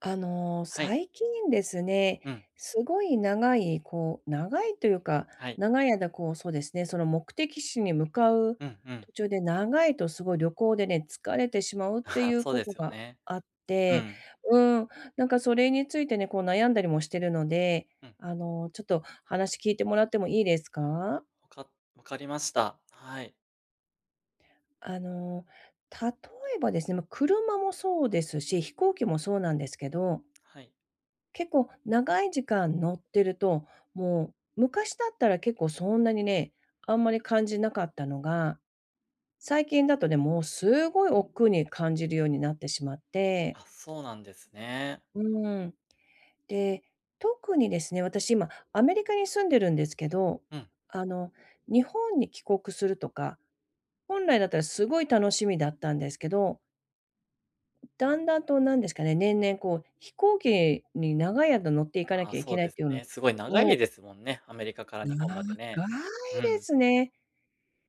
はい。最近ですね、うん、すごい長い、こう長いというか、はい。長い間こう、そうですね、その目的地に向かううんうん。途中で長いとすごい旅行でね、疲れてしまうってい うそうこでとすよがね。あっうて、ん。うん、なんかそれについてね、こう悩んだりもしてるので、うん。ちょっと話聞いてもらってもいいですか？わかわかりました。はい。あの、例えばですね、ま、車もそうですし、飛行機もそうなんですけどはい。結構長い時間乗ってると、もう昔だったら結構そんなにね、あんまり感じなかったのが、最近だとね、もうすごい億劫に感じるようになってしまって、あ、そうなんですね。うーん。で、特にですね、私今アメリカに住んでるんですけど、うん。あの、日本に帰国するとか、本来だったらすごい楽しみだったんですけど、だんだんと何ですかね、年々こう飛行機に長い間乗っていかなあ、きゃいそけうないでっすていうのをね。すごい長いですもんね。アメリカから日長本までね。いうでん。すね。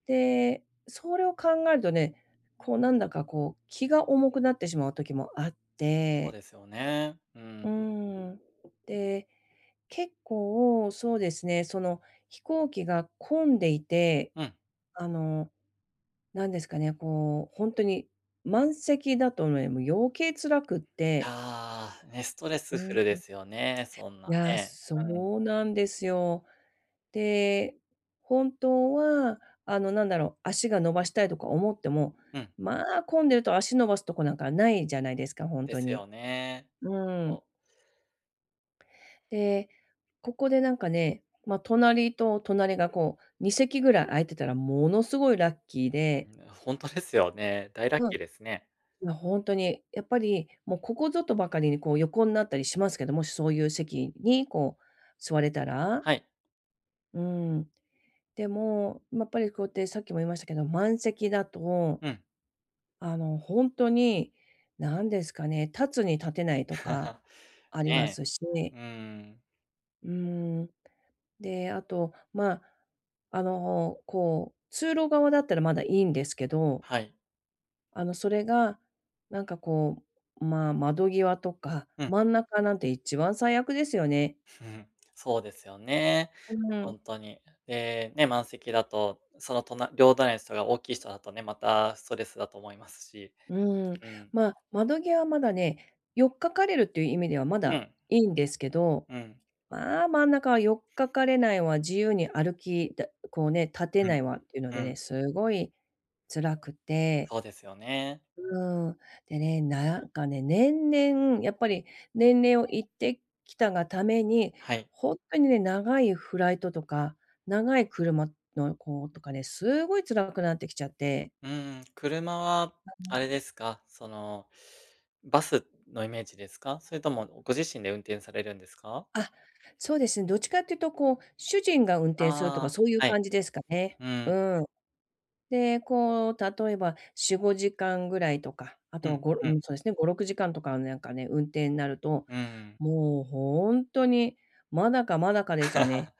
で、それを考えるとね、こうなんだかこう気が重くなってしまう時もあっそうて、ですよね。うん。うーん。で、結構そうですね、その飛行機が混んでいて、うん。あの、なんですかね、こうほんとに満席だとね、もう余計辛くって、ああ、ね、ストレスうフん。ルですよね。そんないや、ね。そうん。うなんですよ。で、本当は、なんだろう、足が伸ばしたいとか思っても、うん。まあ、混んでると足伸ばすとこなんかないじゃないですか、本で当すよに。ね。うん。お、で、ここでなんかね、まあ、隣と隣がこう、2席ぐらい空いてたらものすごいラッキーうで、ん、本当ですよね。大ラッうん、キーいですね。や、に、やっぱり、もうここぞとばかりにこう横になったりしますけど、もしそういう席にこう座れたら、はい。うん、でも、まやっぱりこうやってさっきも言いましたけど、満席だと、うん。本当に、何ですかね、立つに立てないとか ありまね、え。すし、うん。うーん。で、あと、まあ、こう、通路側だったらまだいいんですけど、はい。それが、なんかこう、まあ、窓際とか、うん。真ん中なんて一番最悪ですよね。うん、そうですよね。うん。本当に。で、ね、満席だと、その隣両隣の人が大きい人だとね、またストレスだと思いますし。うん。うん。まあ、窓際はまだね、よっかかれるっていう意味ではまうだん。いいんですけどうん。まあ、真ん中はよっかかれないわ、自由に歩きだこうね、立てうん。ないわっていうのでうん。ね、すごい辛くて、そうですよね。うん。でね、なんかね、年々やっぱり年齢をいってきたがために、はい。ほんとにね、長いフライトとか、長い車のこうとかね、すごい辛くなってきちゃって。うーん、車はあれですか、その、バスのイメージですか？それともご自身で運転されるんですか？あ、そうですね、どっちかっていうとこう、主人が運転するとあかあ、そういうはい。感じですかね。ううん。ん。で、こう、例えば4、5時間ぐらいとか、あうとはん、ごううん、ん、そうですね、5、6時間とかなんかね、運転になると、うん。もう本当に、まだかまだかですよね。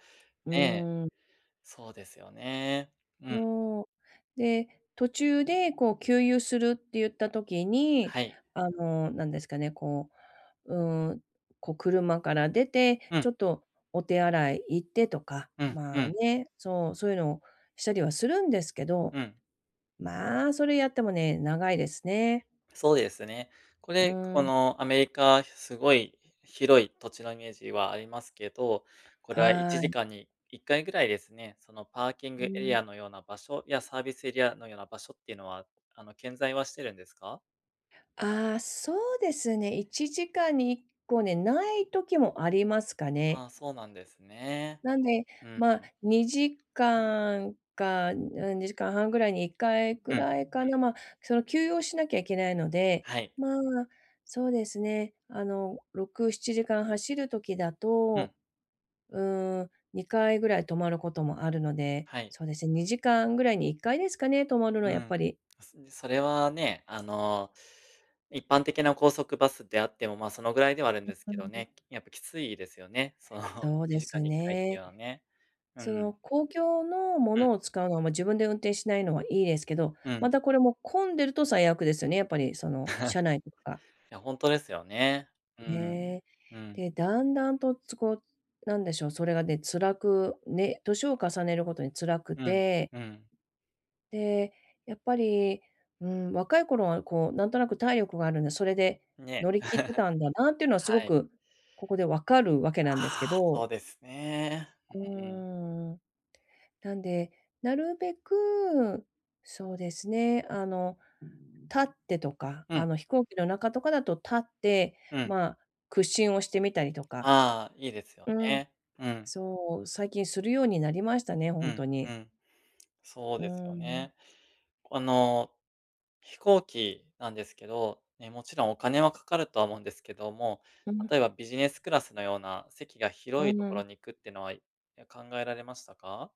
うねえ、ーん、そうですよね。うん、そう。で、途中でこう給油するって言った時に、はい。なんですかね、こう、うーん、こう車から出て、うん、ちょっとお手洗い行ってとか、うん、うまあん、ね、そう、そういうのをしたりはするんですけどうん。まあ、それやってもね、長いですね。そうですね。こうれ、こーん、のアメリカ、すごい広い土地のイメージはありますけど、これは1はい。時間に1回ぐらいですね、そのパーキングうエリん。アのような場所やサービスエリアのような場所っていうのは、あの、健在はしてるんですか？ああ、そうですね、1時間に1個ね、ない時もありますかあね。あ、そうなんですね。なんで、うん、まうあ、ん。2時間か、うん、2時間半ぐらいに1回うぐん、うん。らいかな、まあ、その休養しなきゃいけないので、はい。まあ、そうですね、6、7時間走る時だうん、とうーん、2回ぐらい泊まることもあるので、はい。そうですね、2時間ぐらいに1回ですかね、泊まるのはうやっん。ぱり。それはね、あの、一般的な高速バスであっても、ま、あそのぐらいではあるんですうけどん。ね、やっぱきついですよね。その、そうで2時す間に1回っていうね。のはね。うそん。の公共のもうん、のを使うのは、ま、自分で運転しないのはいいですけど、うん。いまたこれも混んでると最悪ですよね、やっぱりその車内とかが。や、本当ですよね。うん。ね。うん。で、だんだんとつこう、なんでしょう、それがね、辛くね、年を重ねるごとに辛くうん。てうん。で、やっぱり、うん、若い頃はこう、なんとなく体力があるんで、それでね、乗り切ってたんだなっていうのはすごはい。く、ここで分かるわけあなんですけあ、ど、そうですね。ううん。ーん。なんで、なるべく、そうですね、立ってとか、うん、飛行機の中とかだと立って、うん。まあ、屈伸をしてみたりとか、ああ、いいですようん、ね。うん、そう、最近するようになりましたね、ほうんん、とうに。ん。そううですーよん。ね。あの飛行機なんですけど、ね、もちろんお金はかかるとは思うんですけども、うん、例えばビジネスクラスのような席が広ういとこん。ろに行くってのは、い考えられましたか？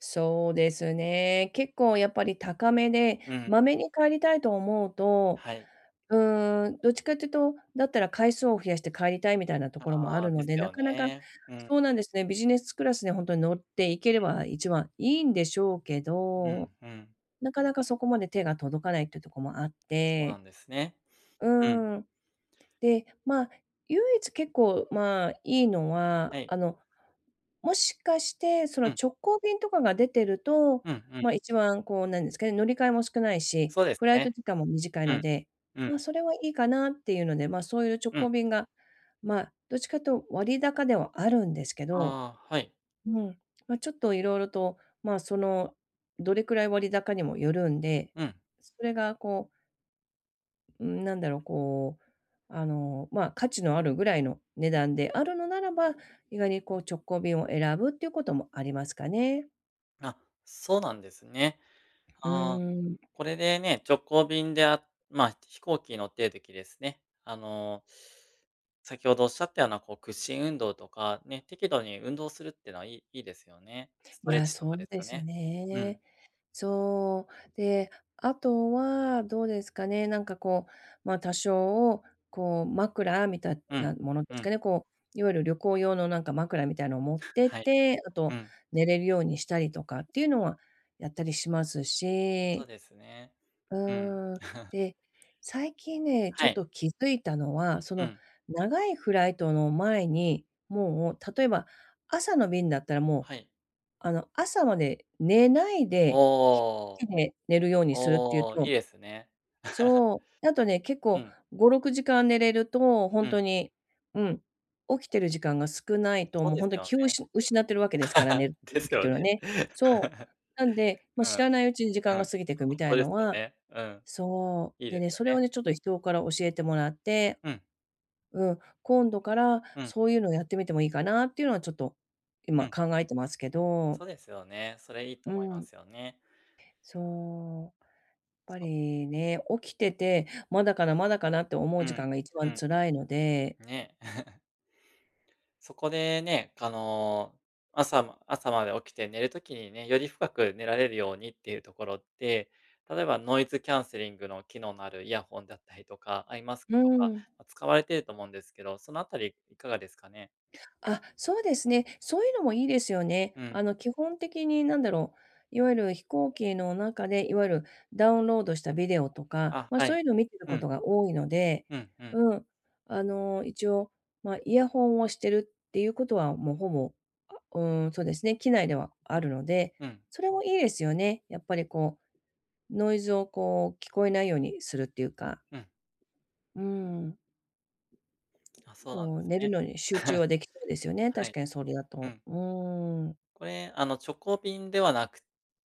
そうですね。結構やっぱり高めで、うん、まめに帰りたいと思うと、はい。うーん、どっちかっていうと、だったら回数を増やして帰りたいみたいなところもあああ、るでのすで、なよかなかね。うん、そうなんですね、ビジネスクラスで本当に乗っていければ一番いいんでしょうけうん、ど、うん。なかなかそこまで手が届かないっていうところもあっそうなて、んですね。ううん、ーん。で、まあ、唯一結構、まあ、いいのは、はい。もしかして、そのうん、直行便とかが出てると、うん、うまあ、ん。一番こうなんですかね、乗り換えも少ないし、そうですフライトね。時間も短いうのん、で、うまあ、ん、それはいいかなっていうので、まあ、そういう直うん。行便が、まあどっちかというと割高ではあるんですけど、ああ、はい。うん、まあ、ちょっといろいろと、まあその、どれくらい割高にもよるんで、うん。それがこううん、なんだろう、こう、まあ、価値のあるぐらいの値段であるのならば、意外にこう直行便を選ぶっていうこともありますかね。あ、そうなんですね。うーああ、ん。これでね、直行便で、あまあ、飛行機に乗ってる時ですね、先ほどおっしゃったような、こう、屈伸運動とか、ね、適度に運動するっていうのはいいですよね。ストいレッや、チとそかでうすでよすね。うん、ね。そう。で、あとはどうですかね、なんかこう、まあ、多少、こう、枕みたいうん、なものでうすん、かね、こう、いわゆる旅行用のなんか枕みたいなのを持ってっはい、て、あうとん、寝れるようにしたりとかっていうのはやったりしますそうし、ですね。ううん。ーん。で、最近ね、ちょはっい、と気づいたのは、そうのん、長いフライトの前に、もう例えば朝の便だったらもう、はい。朝まで寝ないおで、飛行機お、で寝るようにするっていうおーいいとですね。そう。あとね、結う構ん、5、6時間寝れると、ほうんとん、に、うん、起きてる時間が少ないと、そうもうでほすんとによ気をうね。し失ってるわけですから、寝 るです時ってよいうのね。はね。そう。なんで、ま、うん、う知ん、らないうちに時間が本過ぎてくみた当いでのすよは、ね。うん、そいいう。ででね、すよそれをね。ね、ちょっと人から教えてもらって、うん、うん、今度からうん、そういうのをやってみてもいいかなっていうのはちょっとう今ん、考えてますけど、そうですよね。それいいとう思いまん、すよね。そう。やっぱりね、起きてて、まだかなまだかなって思ううん、時間が一う番ん。辛いので、ね、そこでね、あの、朝まで起きて寝るときにね、より深く寝られるようにっていうところって、例えばノイズキャンセリングの機能のあるイヤホンだったりとか、アイマスクうとか、ん。ま、使われてると思うんですけど、そのあたりいかがですかね？あ、そうですね。そういうのもいいですよね。うん。基本的になんだろう、いわゆる飛行機の中で、いわゆるダウンロードしたビデオとか、あ、まあ、はそうい。いうのを見てるうこん、とが多いので、うんうん、うん、一応、まあ、イヤホンをしてるっていうことは、もうほぼ、あ、うん、そうですね、機内ではあるので、うん、うん、それもいいですよね。やっぱりこう、ノイズをこう聞こえないようにするっていうか、うん。うん、あ、そうなんこでうす寝るね。のに集中は できそうですよね、は確い。かにそれだうと。ん。うん。これ、あの、直行便ではなく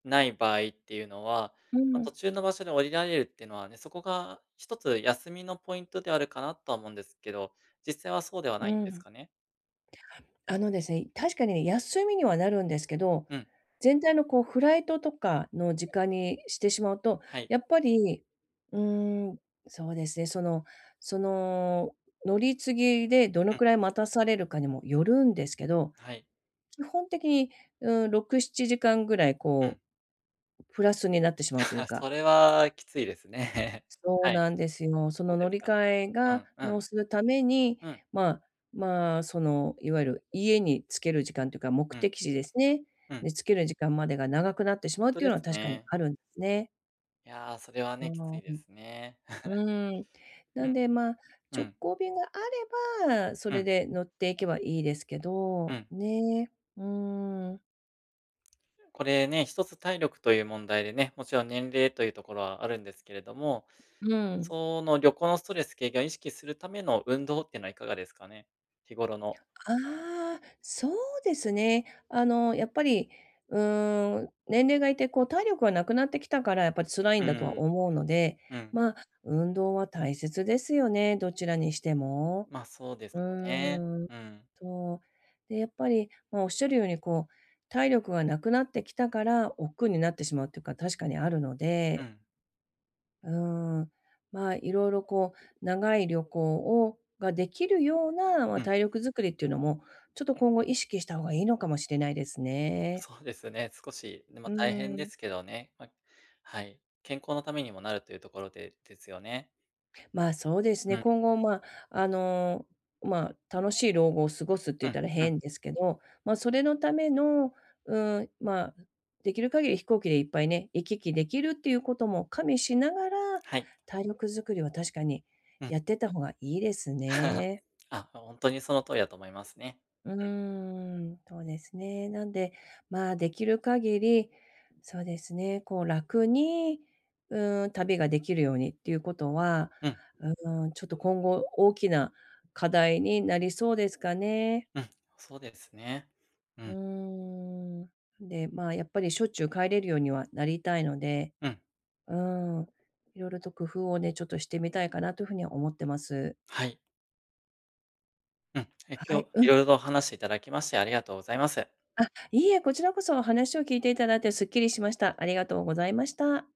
ない場合っていうのは、うま、途ん、中の場所で降りられるっていうのはね、そこが一つ休みのポイントであるかなとは思うんですけど、実際はそうではうないんですん。かね？あのですね、確かにね、休みにはなるんですけど、うん、全体のこうフライトとかの時間にしてしまうと、はい。やっぱり、うーん、そうですね、そのその乗り継ぎでどうのん、くらい待たされるかにもよるんですけど、はい。基本的に、うん、6、7時間ぐらいうこん。うプラスになってしまうという か。それはきついですね。そうはい、なんですよ。そそうので乗すりか。換えうがんうのん。するために、うん、まあまあ、その、いわゆる家に着ける時間というか、目うん、的地ですね。うん。で、着ける時間までが長くなってほしまんうっとていでうのはす確かにね。あるんですね。いや、それはね、そきついのですね。うん。なん で、まあ、うん、う直ん、行便があれば、そうれん、で乗っていけばいいですけうど、ん。ね。うーん。これね、一つ体力という問題でね、もちろん年齢というところはあるんですけれども、うん。その旅行のストレス軽減を意識するための運動っていうのはいかがですかね？日頃の。ああ、そうですね。やっぱり、うーん、年齢がいて、こう、体力がなくなってきたから、やっぱり辛いうんだとはん、思うので、うん。まあ、運動は大切ですよね、どちらにしても。ま、そうでうすよね。ーん、うん、そう。で、やっぱり、まあ、おっしゃるように、こう、体力がなくなってきたから、億劫になってしまうっていうか、確かにあるのうでん、うん。まあ、いろいろこう、長い旅行をができるような、まあ、うん。体力づくりっていうのも、ちょっと今後意識した方がいいのかもしれないですね。そうですね、少し、まうあ大変ーでん。すけどね、まあ、はい、健康のためにもなるというところでですよね。まあ、そうですうね、ん、今後、まあ、あの、まあ、楽しい老後を過ごすってう言っん、たらうん、変ですけど、まあ、それのための、うん、まあ、できる限り飛行機でいっぱいね、行き来できるっていうことも加味しながら、はい、体力づくりは確かにうん。やってた方がいいです ね。あ、本当にその通りだと思いますね。うーん、そうですね。なんで、まあ、できる限り、そうですね、こう、楽に、うーん、旅ができるようにっていうことは、うん、うーん、ちょっと今後大きな課題になりそうですかね。うん、そうですね。ううん、ーん。で、まあ、やっぱりしょっちゅう帰れるようにはなりたいので、うん。うんいろいろと工夫をね、ちょっとしてみたいかなというふうには思ってます。はい。うん。え、は今日、い、ういん、ろいろとお話していただきましてありがとうございます。あ、いいえ、こちらこそ話を聞いていただいてすっきりしました。ありがとうございました。